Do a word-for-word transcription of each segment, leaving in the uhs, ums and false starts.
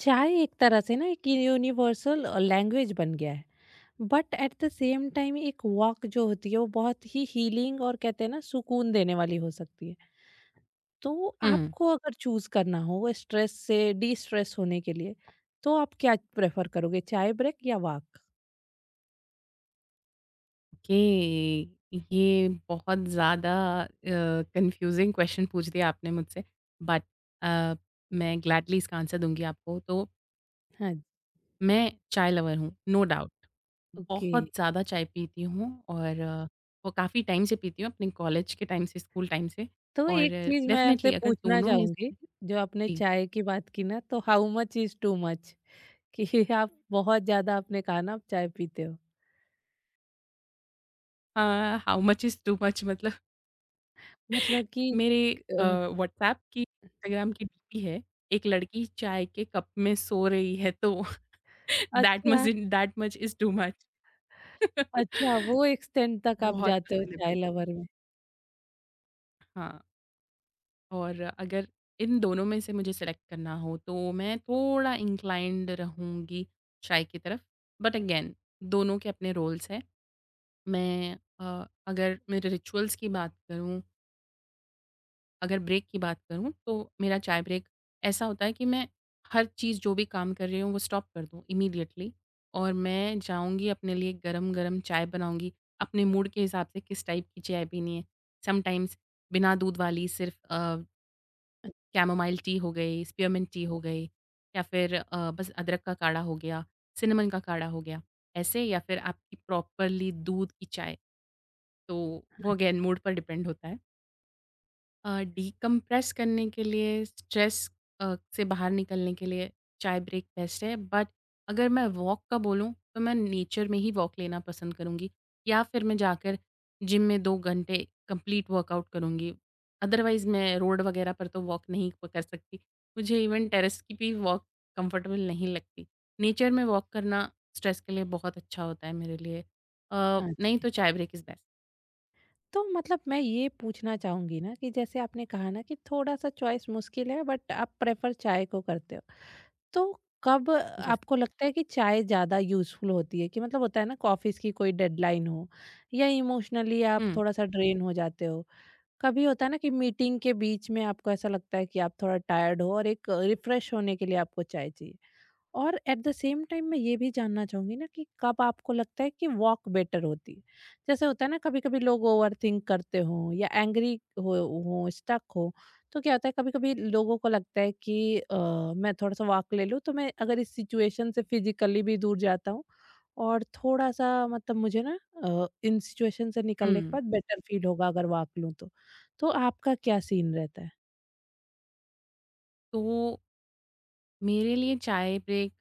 चाय एक तरह से ना एक यूनिवर्सल लैंग्वेज बन गया है। But at the same time एक वॉक जो होती है वो बहुत ही हीलिंग और कहते हैं ना सुकून देने वाली हो सकती है। तो हुँ। आपको अगर चूज करना हो स्ट्रेस से डी स्ट्रेस होने के लिए तो आप क्या प्रेफर करोगे, चाय ब्रेक या वॉक? ओके, ये बहुत ज़्यादा अ, कन्फ्यूज़िंग क्वेश्चन पूछ दिया आपने मुझसे। बट अ, मैं ग्लैडली इसका आंसर दूँगी आपको। तो हाँ जी, मैं चाय लवर हूँ, नो डाउट। ओके। बहुत ज़्यादा चाय पीती हूँ और अ, वो काफ़ी टाइम से पीती हूँ, अपने कॉलेज के टाइम से, स्कूल टाइम से। तो और एक चीज मैं आपसे डेफ़िनिटली अगर पूछना दोनों में चाहूंगी, से। जो आपने जी। चाय की बात की ना तो how much is too much कि आप बहुत ज्यादा, आपने कहा ना आप चाय पीते हो। हाँ, how much is too much मतलब मतलब कि मेरे अ, व्हाट्सएप की, इंस्टाग्राम की डीपी है, एक लड़की चाय के कप में सो रही है तो दैट अच्छा, much in that much is too much. अच्छा, वो एक्सटेंड तक आप बहुत जाते हो पसंद है चाय भाई। लवर में। हाँ, और अगर इन दोनों में से मुझे सेलेक्ट करना हो तो मैं थोड़ा इंक्लाइंड रहूँगी चाय की तरफ। बट अगेन दोनों के अपने रोल्स हैं। मैं अ, अगर मेरे रिचुअल्स की बात करूँ, अगर ब्रेक की बात करूँ, तो मेरा चाय ब्रेक ऐसा होता है कि मैं हर चीज़ जो भी काम कर रही हूँ वो स्टॉप कर दूँ इमीडिएटली और मैं जाऊँगी अपने लिए गरम-गरम चाय बनाऊँगी, अपने मूड के हिसाब से किस टाइप की चाय पीनी है। समटाइम्स बिना दूध वाली सिर्फ़ अ, कैमोमाइल टी हो गई, स्पीयरमिंट टी हो गई, या फिर अ, बस अदरक का काढ़ा हो गया, सिनेमन का काढ़ा हो गया, ऐसे, या फिर आपकी प्रॉपरली दूध की चाय। तो वो अगेन मूड पर डिपेंड होता है। अ, डिकम्प्रेस करने के लिए, स्ट्रेस अ, से बाहर निकलने के लिए, चाय ब्रेक बेस्ट है। बट अगर मैं वॉक का बोलूँ तो मैं नेचर में ही वॉक लेना पसंद करूँगी या फिर मैं जाकर जिम में दो घंटे कंप्लीट वर्कआउट करूँगी। अदरवाइज़ मैं रोड वगैरह पर तो वॉक नहीं प कर सकती। मुझे इवन टेरेस की भी वॉक कम्फर्टेबल नहीं लगती। नेचर में वॉक करना स्ट्रेस के लिए बहुत अच्छा होता है मेरे लिए। अ, हाँ नहीं जी। तो चाय ब्रेक इज़ बेस्ट। तो मतलब मैं ये पूछना चाहूँगी ना कि जैसे आपने कहा ना कि थोड़ा-सा चॉइस मुश्किल है बट आप प्रेफ़र चाय को करते हो। तो कब यस। आपको लगता है कि चाय ज़्यादा यूज़फुल होती है, कि मतलब होता है ना, ऑफ़िस की कोई डेडलाइन हो या इमोशनली आप हुँ, थोड़ा-सा ड्रेन हो जाते हो। कभी होता है ना कि मीटिंग के बीच में आपको ऐसा लगता है कि आप थोड़ा टायर्ड हो और एक रिफ़्रेश होने के लिए आपको चाय चाहिए। और एट द सेम टाइम मैं ये भी जानना चाहूंगी ना कि कब आपको लगता है कि वॉक बेटर होती है, जैसे होता है ना, कभी कभी लोग ओवर थिंक करते हो या एंग्री हो हो स्टक हो। तो क्या होता है कभी कभी लोगों को लगता है कि अ, मैं थोड़ा सा वॉक ले लूँ, तो मैं अगर इस सिचुएशन से फिजिकली भी दूर जाता हूँ और थोड़ा सा मतलब मुझे ना अ, इन सिचुएशन से निकलने के हुँ। बाद बेटर फील होगा अगर वॉक लूँ तो। तो आपका क्या सीन रहता है? तो मेरे लिए चाय ब्रेक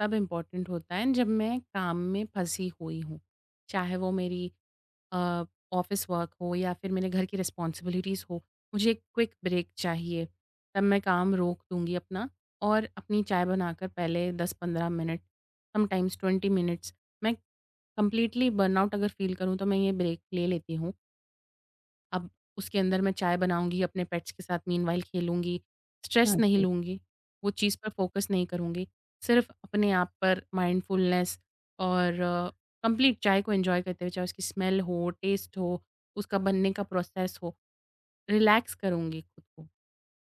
तब इम्पोर्टेंट होता है जब मैं काम में फंसी हुई हूँ। चाहे वो मेरी अ, ऑफ़िस वर्क हो या फिर मेरे घर की रिस्पॉन्सिबिलिटीज़ हो, मुझे एक क्विक ब्रेक चाहिए। तब मैं काम रोक दूँगी अपना और अपनी चाय बनाकर पहले दस पंद्रह मिनट, समटाइम्स बीस मिनट्स, मैं कंप्लीटली बर्नआउट अगर फ़ील करूँ तो मैं ये ब्रेक ले लेती हूँ। अब उसके अंदर मैं चाय बनाऊँगी, अपने पेट्स के साथ मीनवाइल खेलूँगी, हाँ स्ट्रेस नहीं जी। लूँगी, वो चीज़ पर फ़ोकस नहीं करूँगी, सिर्फ़ अपने आप पर माइंडफुलनेस और कंप्लीट चाय को एन्जॉय करते हुए, चाहे उसकी स्मेल हो, टेस्ट हो, उसका बनने का प्रोसेस हो, रिलैक्स करूँगी खुद को।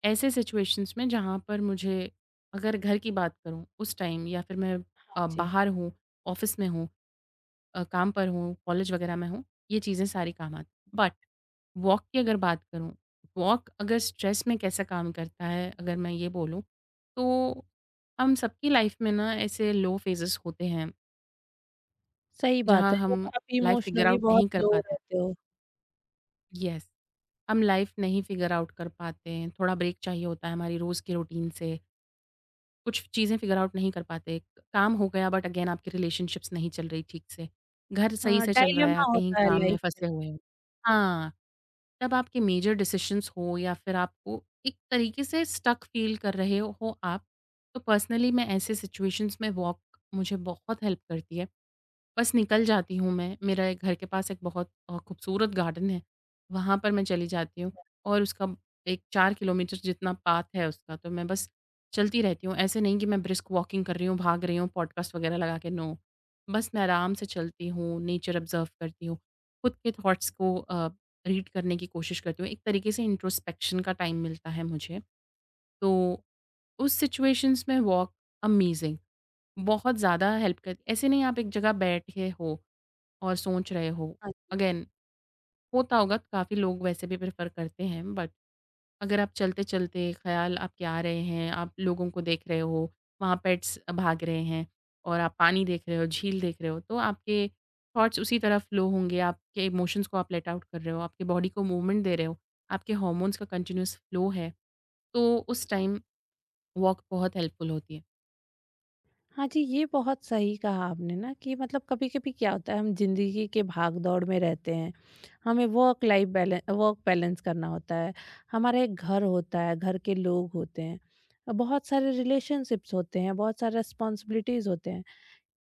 ऐसे सिचुएशंस में जहाँ पर मुझे, अगर घर की बात करूँ उस टाइम, या फिर मैं हाँ अ, जी। बाहर हूँ, ऑफ़िस में हूँ, अ, काम पर हूँ, कॉलेज वगैरह में हूँ, ये चीज़ें सारी काम आती हैं। बट वॉक की अगर बात करूँ, वॉक अगर स्ट्रेस में कैसा काम करता है, अगर मैं ये बोलूँ, तो हम सबकी लाइफ में ना ऐसे लो फेजेज़ होते हैं, सही बात जहाँ है, जब हम आप लाइफ़ फिगर इमोशनली आउट बहुत नहीं कर लो पाते। रहते हो। येस, हम लाइफ़ नहीं फिगर आउट कर पाते हैं, थोड़ा ब्रेक चाहिए होता है हमारी रोज़ की रूटीन से। कुछ चीज़ें फिगर आउट नहीं कर पाते। काम हो गया बट अगेन आपकी रिलेशनशिप्स नहीं चल रही ठीक से। घर सही हाँ, से चल रहा है, आप डायलेमा कहीं होता है काम में लाइफ में। फँसे हुए हो। हाँ, तब आपके मेजर डिसीज़न्स हो या फिर आपको एक तरीके से स्टक फ़ील कर रहे हो आप, तो पर्सनली मैं ऐसे सिचुएशंस में वॉक मुझे बहुत हेल्प करती है। बस निकल जाती हूँ मैं, मेरे घर के पास एक बहुत अ, खूबसूरत गार्डन है, वहाँ पर मैं चली जाती हूँ और उसका एक चार किलोमीटर जितना पाथ है उसका, तो मैं बस चलती रहती हूँ। ऐसे नहीं कि मैं ब्रिस्क वॉकिंग कर रही हूँ, भाग रही हूँ, पॉडकास्ट वगैरह लगा के, नो। बस मैं आराम से चलती हूँ, नेचर ऑब्ज़र्व करती हूँ, खुद के थॉट्स को अ, रीड करने की कोशिश करती हूँ। एक तरीके से इंट्रोस्पेक्शन का टाइम मिलता है मुझे, तो उस सिचुएशंस में वॉक अमेज़िंग, बहुत ज़्यादा हेल्प करती, ऐसे नहीं आप एक जगह बैठे हो और सोच रहे हो। हाँ। अगेन होता होगा, काफ़ी लोग वैसे भी प्रेफर करते हैं, बट अगर आप चलते चलते ख्याल आपके आ रहे हैं, आप लोगों को देख रहे हो, वहाँ पेट्स भाग रहे हैं, और आप पानी देख रहे हो, झील देख रहे हो, तो आपके थॉट्स उसी तरफ फ्लो होंगे, आपके इमोशंस को आप लेट आउट कर रहे हो, आपके बॉडी को मूवमेंट दे रहे हो, आपके हॉर्मोन्स का कंटिन्यूस फ्लो है, तो उस टाइम वॉक बहुत हेल्पफुल होती है। हाँ जी, ये बहुत सही कहा आपने ना कि मतलब कभी-कभी क्या होता है, हम ज़िंदगी के भाग-दौड़ में रहते हैं। हमें वर्क लाइफ बैले वर्क बैलेंस करना होता है। हमारे घर होता है, घर के लोग होते हैं, बहुत सारे रिलेशनशिप्स होते हैं, बहुत सारे रिस्पॉन्सिबिलिटीज़ होते हैं।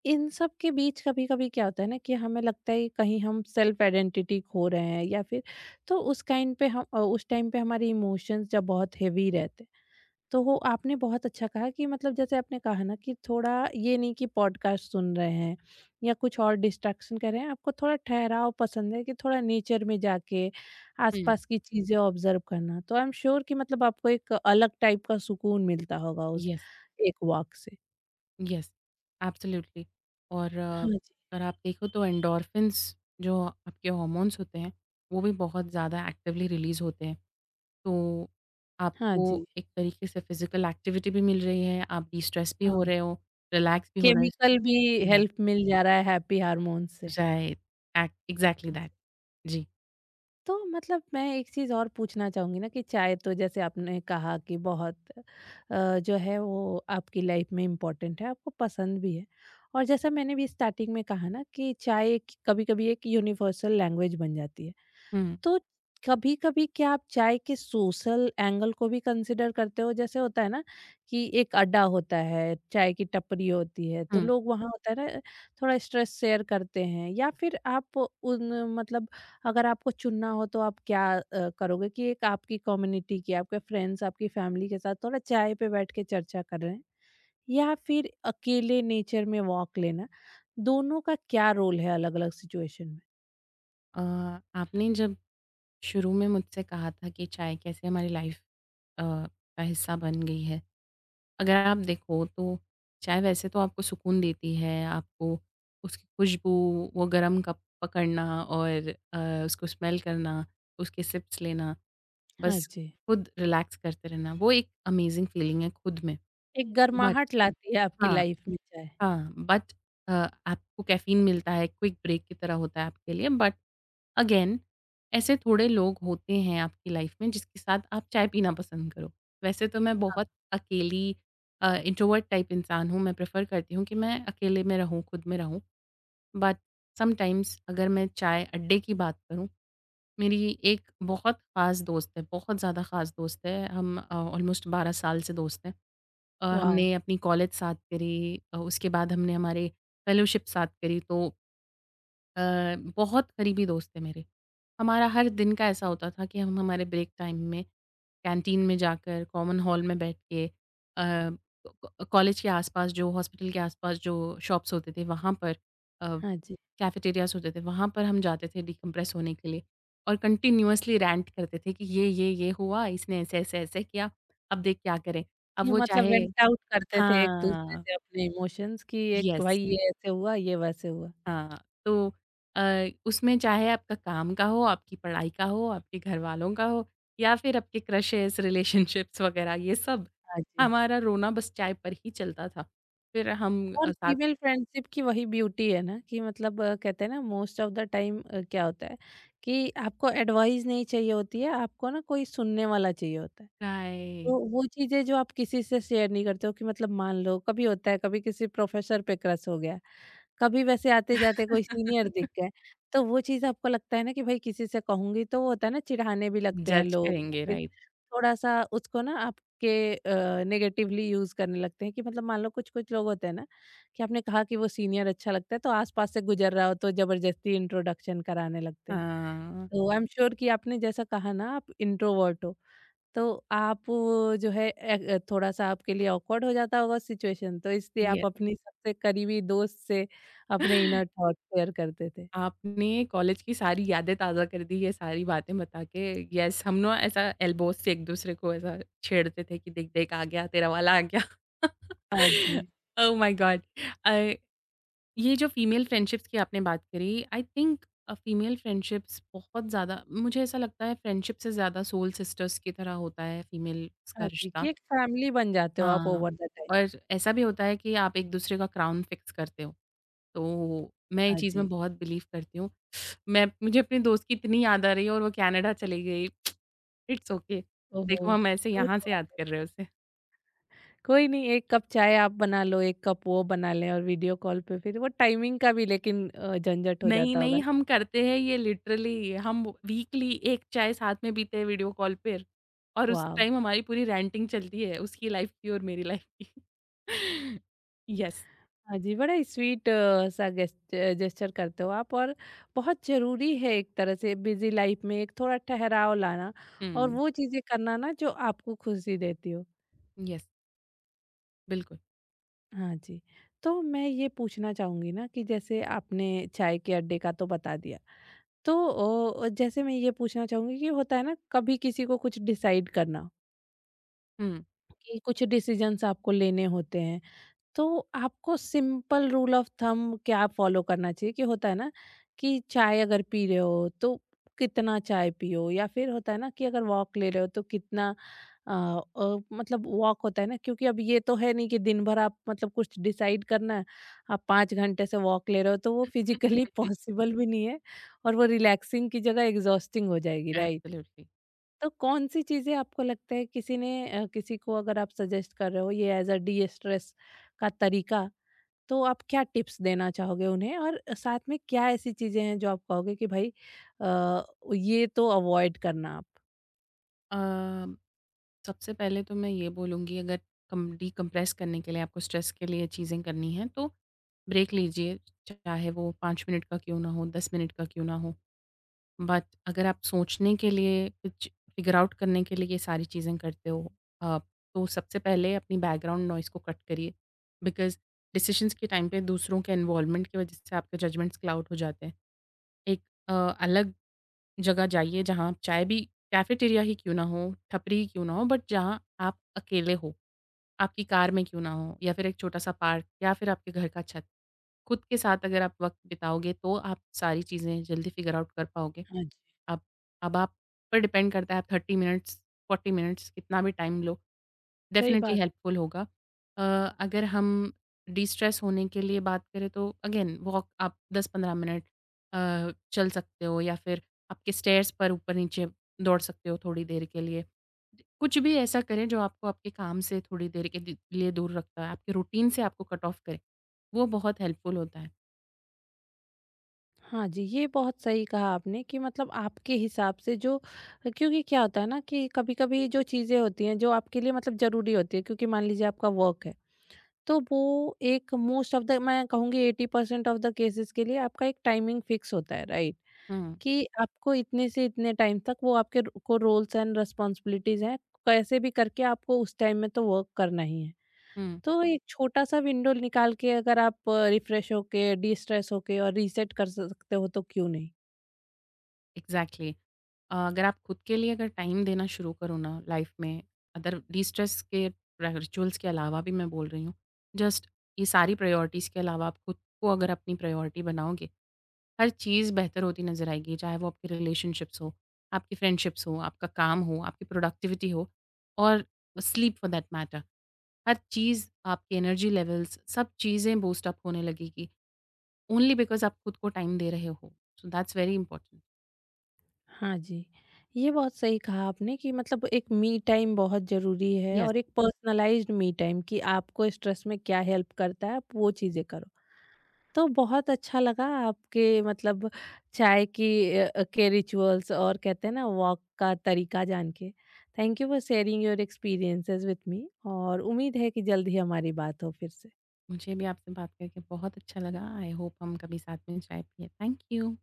इन सब के बीच कभी-कभी क्या होता है ना कि हमें लगता है कि कहीं हम सेल्फ आइडेंटिटी खो रहे हैं या फिर, तो उस काइंड पे हम अ, उस टाइम पे हमारे इमोशंस जब बहुत हेवी रहते हैं। तो वो आपने बहुत अच्छा कहा कि मतलब जैसे आपने कहा ना कि थोड़ा ये नहीं कि पॉडकास्ट सुन रहे हैं या कुछ और डिस्ट्रैक्शन कर रहे हैं, आपको थोड़ा ठहराव पसंद है, कि थोड़ा नेचर में जाके हम्म, आसपास की चीजें ऑब्जर्व करना। तो आई एम श्योर कि मतलब आपको एक अलग टाइप का सुकून मिलता होगा उस यस। एक वॉक से। Yes, absolutely. और अ, हाँ जी। अगर आप देखो तो एंडोर्फिन्स जो आपके हॉर्मोन्स होते हैं, वो भी बहुत ज़्यादा एक्टिवली रिलीज़ होते हैं। तो हाँ आपको जी। एक तरीके से फ़िज़िकल एक्टिविटी भी मिल रही है, आप डिस्ट्रेस भी हो हाँ। रहे हो, रिलैक्स भी हो रहे हो। केमिकल भी या हेल्प मिल जा रहा है हैप्पी हार्मोन से। Right, act exactly that. जी। तो मतलब मैं एक चीज़ और पूछना चाहूँगी ना कि चाय तो जैसे आपने कहा कि बहुत अ, जो है वो आपकी लाइफ में इम्पोर्टेंट है, आपको पसंद भी है। और जैसा मैंने भी स्टार्टिंग में कहा ना कि चाय एक कभी-कभी एक यूनिवर्सल लैंग्वेज बन जाती है। हुँ, तो कभी कभी क्या आप चाय के सोशल एंगल को भी कंसिडर करते हो, जैसे होता है ना कि एक अड्डा होता है, चाय की टपरी होती है तो हुँ। लोग वहाँ, होता है ना, थोड़ा स्ट्रेस शेयर करते हैं या फिर आप उन, मतलब अगर आपको चुनना हो तो आप क्या अ, करोगे, कि एक आपकी कम्युनिटी की, आपके फ्रेंड्स, आपकी फैमिली के साथ थोड़ा चाय पे बैठ के चर्चा कर रहे हैं, या फिर अकेले नेचर में वॉक लेना, दोनों का क्या रोल है अलग अलग सिचुएशन में? अ, आपने जब शुरू में मुझसे कहा था कि चाय कैसे हमारी लाइफ़ अ, का हिस्सा बन गई है। अगर आप देखो तो चाय वैसे तो आपको सुकून देती है, आपको उसकी खुशबू, वो गरम कप पकड़ना और अ, उसको स्मेल करना, उसके सिप्स लेना, हाँ बस जी। खुद रिलैक्स करते रहना, वो एक अमेज़िंग फीलिंग है खुद में। एक बट गर्माहट लाती है आपकी हाँ, लाइफ में चाय। हाँ, बट अ, आपको कैफ़ीन मिलता है, क्विक ब्रेक की तरह होता है आपके लिए। बट अगेन ऐसे थोड़े लोग होते हैं आपकी लाइफ में जिसके साथ आप चाय पीना पसंद करो। वैसे तो मैं बहुत अकेली अ, इंट्रोवर्ट टाइप इंसान हूँ, मैं प्रेफ़र करती हूँ कि मैं अकेले में रहूँ, खुद में रहूँ। बट समटाइम्स अगर मैं चाय अड्डे की बात करूँ, मेरी एक बहुत ख़ास दोस्त है, बहुत ज़्यादा ख़ास दोस्त है, हम अ, ऑलमोस्ट बारह साल से दोस्त हैं। अ, हमने वॉव! अपनी कॉलेज साथ करी, अ, उसके बाद हमने हमारे फेलोशिप साथ करी, तो अ, बहुत करीबी दोस्त थे मेरे। हमारा हर दिन का ऐसा होता था कि हम हमारे ब्रेक टाइम में कैंटीन में जाकर, कॉमन हॉल में बैठ के, अ, क कॉलेज के आस-पास जो, हॉस्पिटल के आस-पास जो शॉप्स होते थे वहाँ पर, अ, हाँ जी, कैफेटेरियाज़ होते थे, वहाँ पर हम जाते थे डिकम्प्रेस होने के लिए और कंटीन्यूअसली रैंट करते थे कि ये, ये, ये हुआ, इसने ऐसे, ऐसे, ऐसे किया, अब देख क्या करें। अब कि वो मतलब चाहे वेंट आउट करते थे एक-दूसरे हाँ, से अपने इमोशंस, कि एक भाई यस। ये ऐसे हुआ, ये वैसे हुआ। हाँ, तो अ, उसमें चाहे आपका काम का हो, आपकी पढ़ाई का हो, आपके घरवालों का हो या फिर आपके क्रशेज़, रिलेशनशिप्स वगैरह ये सब, हाँ जी। हमारा रोना बस चाय पर ही चलता था। फिर हम अ, और साथ फीमेल फ्रेंडशिप की वही ब्यूटी है ना, कि मतलब अ, कहते हैं ना, मोस्ट ऑफ द टाइम अ, क्या होता है कि आपको एडवाइस नहीं चाहिए होती है, आपको ना कोई सुनने वाला चाहिए होता है। राइट, तो वो चीज़ें जो आप किसी से शेयर नहीं करते हो, कि मतलब मान लो कभी होता है, कभी किसी प्रोफेसर पे क्रश हो गया, कभी वैसे आते-जाते कोई सीनियर दिख गए, तो वो चीज़ आपको लगता है ना कि भाई किसी से कहूँगी तो वो होता है ना, चिढ़ाने भी लगते हैं जज लोग, या करेंगे फिर राइट। थोड़ा-सा उसको ना आपके अ, नेगेटिवली यूज़ करने लगते हैं। कि मतलब मान लो कुछ-कुछ लोग होते हैं ना कि आपने कहा कि वो सीनियर अच्छा लगता है तो आस-पास से गुज़र रहा हो तो ज़बरदस्ती इंट्रोडक्शन कराने लगते हैं। हाँ, तो आई एम श्योर कि आपने जैसा कहा ना आप इंट्रोवर्ट हो, तो आप वो जो है ए- थोड़ा सा आपके लिए awkward हो जाता होगा सिचुएशन, तो इसलिए आप यस। अपनी सबसे करीबी दोस्त से अपने इनर थॉट शेयर करते थे। आपने कॉलेज की सारी यादें ताज़ा कर दी ये सारी बातें बता के। यस, हम ना ऐसा एल्बोज़ से एक-दूसरे को ऐसा छेड़ते थे कि देख, देख आ गया, तेरा वाला आ गया। हाँ जी। Oh my God! अ ये जो फीमेल फ्रेंडशिप्स की आपने बात करी, आई थिंक अ, फीमेल फ्रेंडशिप्स बहुत ज़्यादा, मुझे ऐसा लगता है फ्रेंडशिप से ज़्यादा सोल सिस्टर्स की तरह होता है फीमेल्स का हाँ जी, रिश्ता। कि एक फैमिली बन जाते हो आप हाँ, ओवर द टाइम। और ऐसा भी होता है कि आप एक-दूसरे का क्राउन फिक्स करते हो। तो मैं ये हाँ चीज़ में जी। बहुत बिलीव करती हूँ। मैं, मुझे अपने दोस्त की इतनी याद आ रही है और वो कनाडा चली गई। It's okay. ओहो, देखो हम ऐसे दूर यहाँ से बहुत याद है। कर रहे हैं उसे। कोई नहीं, एक कप चाय आप बना लो, एक कप वो बना लें और वीडियो कॉल पे फिर, वो टाइमिंग का भी लेकिन अ, झंझट हो नहीं, जाता होगा। नहीं, हम करते हैं ये, लिटरली हम वीकली एक चाय साथ में पीते हैं वीडियो कॉल पर और उस वाह। टाइम हमारी पूरी रैंटिंग चलती है उसकी लाइफ़ की और मेरी लाइफ़ की। येस, हाँ जी, बड़ा ही स्वीट अ, सा गेस्ट जेस्चर करते हो आप। और बहुत ज़रूरी है एक तरह से बिज़ी लाइफ में एक थोड़ा ठहराव लाना, और हुँ, वो चीज़ें करना ना जो आपको खुशी देती हो। येस, बिल्कुल, हाँ जी। तो मैं ये पूछना चाहूँगी ना कि जैसे आपने चाय के अड्डे का तो बता दिया, तो अ, जैसे मैं ये पूछना चाहूँगी कि होता है ना कभी किसी को कुछ डिसाइड करना, हुँ। कि कुछ डिसीज़न्स आपको लेने होते हैं, तो आपको सिंपल रूल ऑफ थंब क्या फॉलो करना चाहिए, कि होता है ना कि चाय अगर पी रहे हो तो कितना चाय पियो, या फिर होता है ना कि अगर वॉक ले रहे हो तो कितना, अ, अ, मतलब वॉक होता है ना, क्योंकि अब ये तो है नहीं कि दिन भर आप, मतलब कुछ डिसाइड करना है आप पाँच घंटे से वॉक ले रहे हो, तो वो फिजिकली पॉसिबल भी नहीं है, और वो रिलैक्सिंग की जगह एग्जॉस्टिंग हो जाएगी, राइट? एब्सोल्युटली। तो कौन सी चीज़ें आपको लगता है किसी ने अ, किसी को अगर आप सजेस्ट कर रहे हो ये एज अ डी स्ट्रेस का तरीका, तो आप क्या टिप्स देना चाहोगे उन्हें, और साथ में क्या ऐसी चीज़ें हैं जो आप कहोगे कि भाई अ, ये तो अवॉइड करना आप? अ, सबसे पहले तो मैं ये बोलूँगी, अगर कम डिकम्प्रेस करने के लिए आपको स्ट्रेस के लिए चीज़ें करनी हैं तो ब्रेक लीजिए, चाहे वो पाँच मिनट का क्यों ना हो, दस मिनट का क्यों ना हो। बट अगर आप सोचने के लिए कुछ फिगर आउट करने के लिए ये सारी चीज़ें करते हो आप, तो सबसे पहले अपनी बैकग्राउंड नॉइज़ को कट करिए, बिकॉज़ डिसीजंस के टाइम पे दूसरों के इन्वॉल्वमेंट की वजह से आपके जजमेंट्स क्लाउड हो जाते हैं। एक अ, अलग जगह जाइए जहाँ आप, चाहे भी कैफेटेरिया ही क्यों ना हो, टपरी ही क्यों ना हो, बट जहाँ आप अकेले हो। आपकी कार में क्यों ना हो या फिर एक छोटा-सा पार्क या फिर आपके घर का छत। खुद के साथ अगर आप वक़्त बिताओगे तो आप सारी चीज़ें जल्दी फ़िगर आउट कर पाओगे। हाँ जी। अब अब आप पर डिपेंड करता है, आप तीस मिनट्स, चालीस मिनट्स कितना भी टाइम लो, सही डेफ़िनिटली बात। हेल्पफुल होगा। अ, अगर हम डिस्ट्रेस होने के लिए बात करें तो अगेन वॉक आप दस पंद्रह मिनट अ, चल सकते हो या फिर आपके स्टेयर्स पर ऊपर-नीचे दौड़ सकते हो थोड़ी देर के लिए। कुछ भी ऐसा करें जो आपको आपके काम से थोड़ी देर के दि- लिए दूर रखता है, आपके रूटीन से आपको कट ऑफ करे, वो बहुत हेल्पफुल होता है। हाँ जी, ये बहुत सही कहा आपने कि मतलब आपके हिसाब से जो, क्योंकि क्या होता है ना कि कभी-कभी जो चीज़ें होती हैं जो आपके लिए मतलब ज़रूरी होती है, क्योंकि मान लीजिए आपका वर्क है, तो वो एक मोस्ट ऑफ द, मैं कहूँगी eighty percent of the cases के लिए आपका एक टाइमिंग फिक्स होता है, राइट? हम्म। कि आपको इतने से इतने टाइम तक वो आपके र- को रोल्स एंड रिस्पॉन्सिबिलिटीज हैं, कैसे भी करके आपको उस टाइम में तो वर्क करना ही है। हम्म, तो एक छोटा सा विंडो निकाल के अगर आप रिफ्रेश होके डी स्ट्रेस होके और रीसेट कर सकते हो, तो क्यों नहीं? Exactly exactly. अ, अगर आप खुद के लिए अगर टाइम देना शुरू करो ना लाइफ में, अदर डिस्ट्रेस के रिचुअल्स के अलावा भी मैं बोल रही हूँ, जस्ट ये सारी प्रायोरिटीज़ के अलावा आप खुद को अगर अपनी प्रायोरिटी बनाओगे, हर चीज़ बेहतर होती नज़र आएगी, चाहे वो आपकी रिलेशनशिप्स हो, आपकी फ्रेंडशिप्स हो, आपका काम हो, आपकी प्रोडक्टिविटी हो, और स्लीप फॉर दैट मैटर। हर चीज़, आपकी एनर्जी लेवल्स, सब चीज़ें बूस्ट अप होने लगेगी, ओनली बिकॉज़ आप खुद को टाइम दे रहे हो। So that's very important. हाँ जी। ये बहुत सही कहा आपने कि मतलब एक मी टाइम बहुत ज़रूरी है, येस, और एक पर्सनलाइज्ड मी टाइम, कि आपको स्ट्रेस में क्या हेल्प करता है आप वो चीज़ें करो। तो बहुत अच्छा लगा आपके मतलब चाय की अ, अ, के रिचुअल्स और कहते हैं ना वॉक का तरीका जान के। Thank you for sharing your experiences with me. और उम्मीद है कि जल्द ही हमारी बात हो फिर से। मुझे भी आपसे बात करके बहुत अच्छा लगा। आई होप हम कभी साथ में चाय पिएँ। Thank you.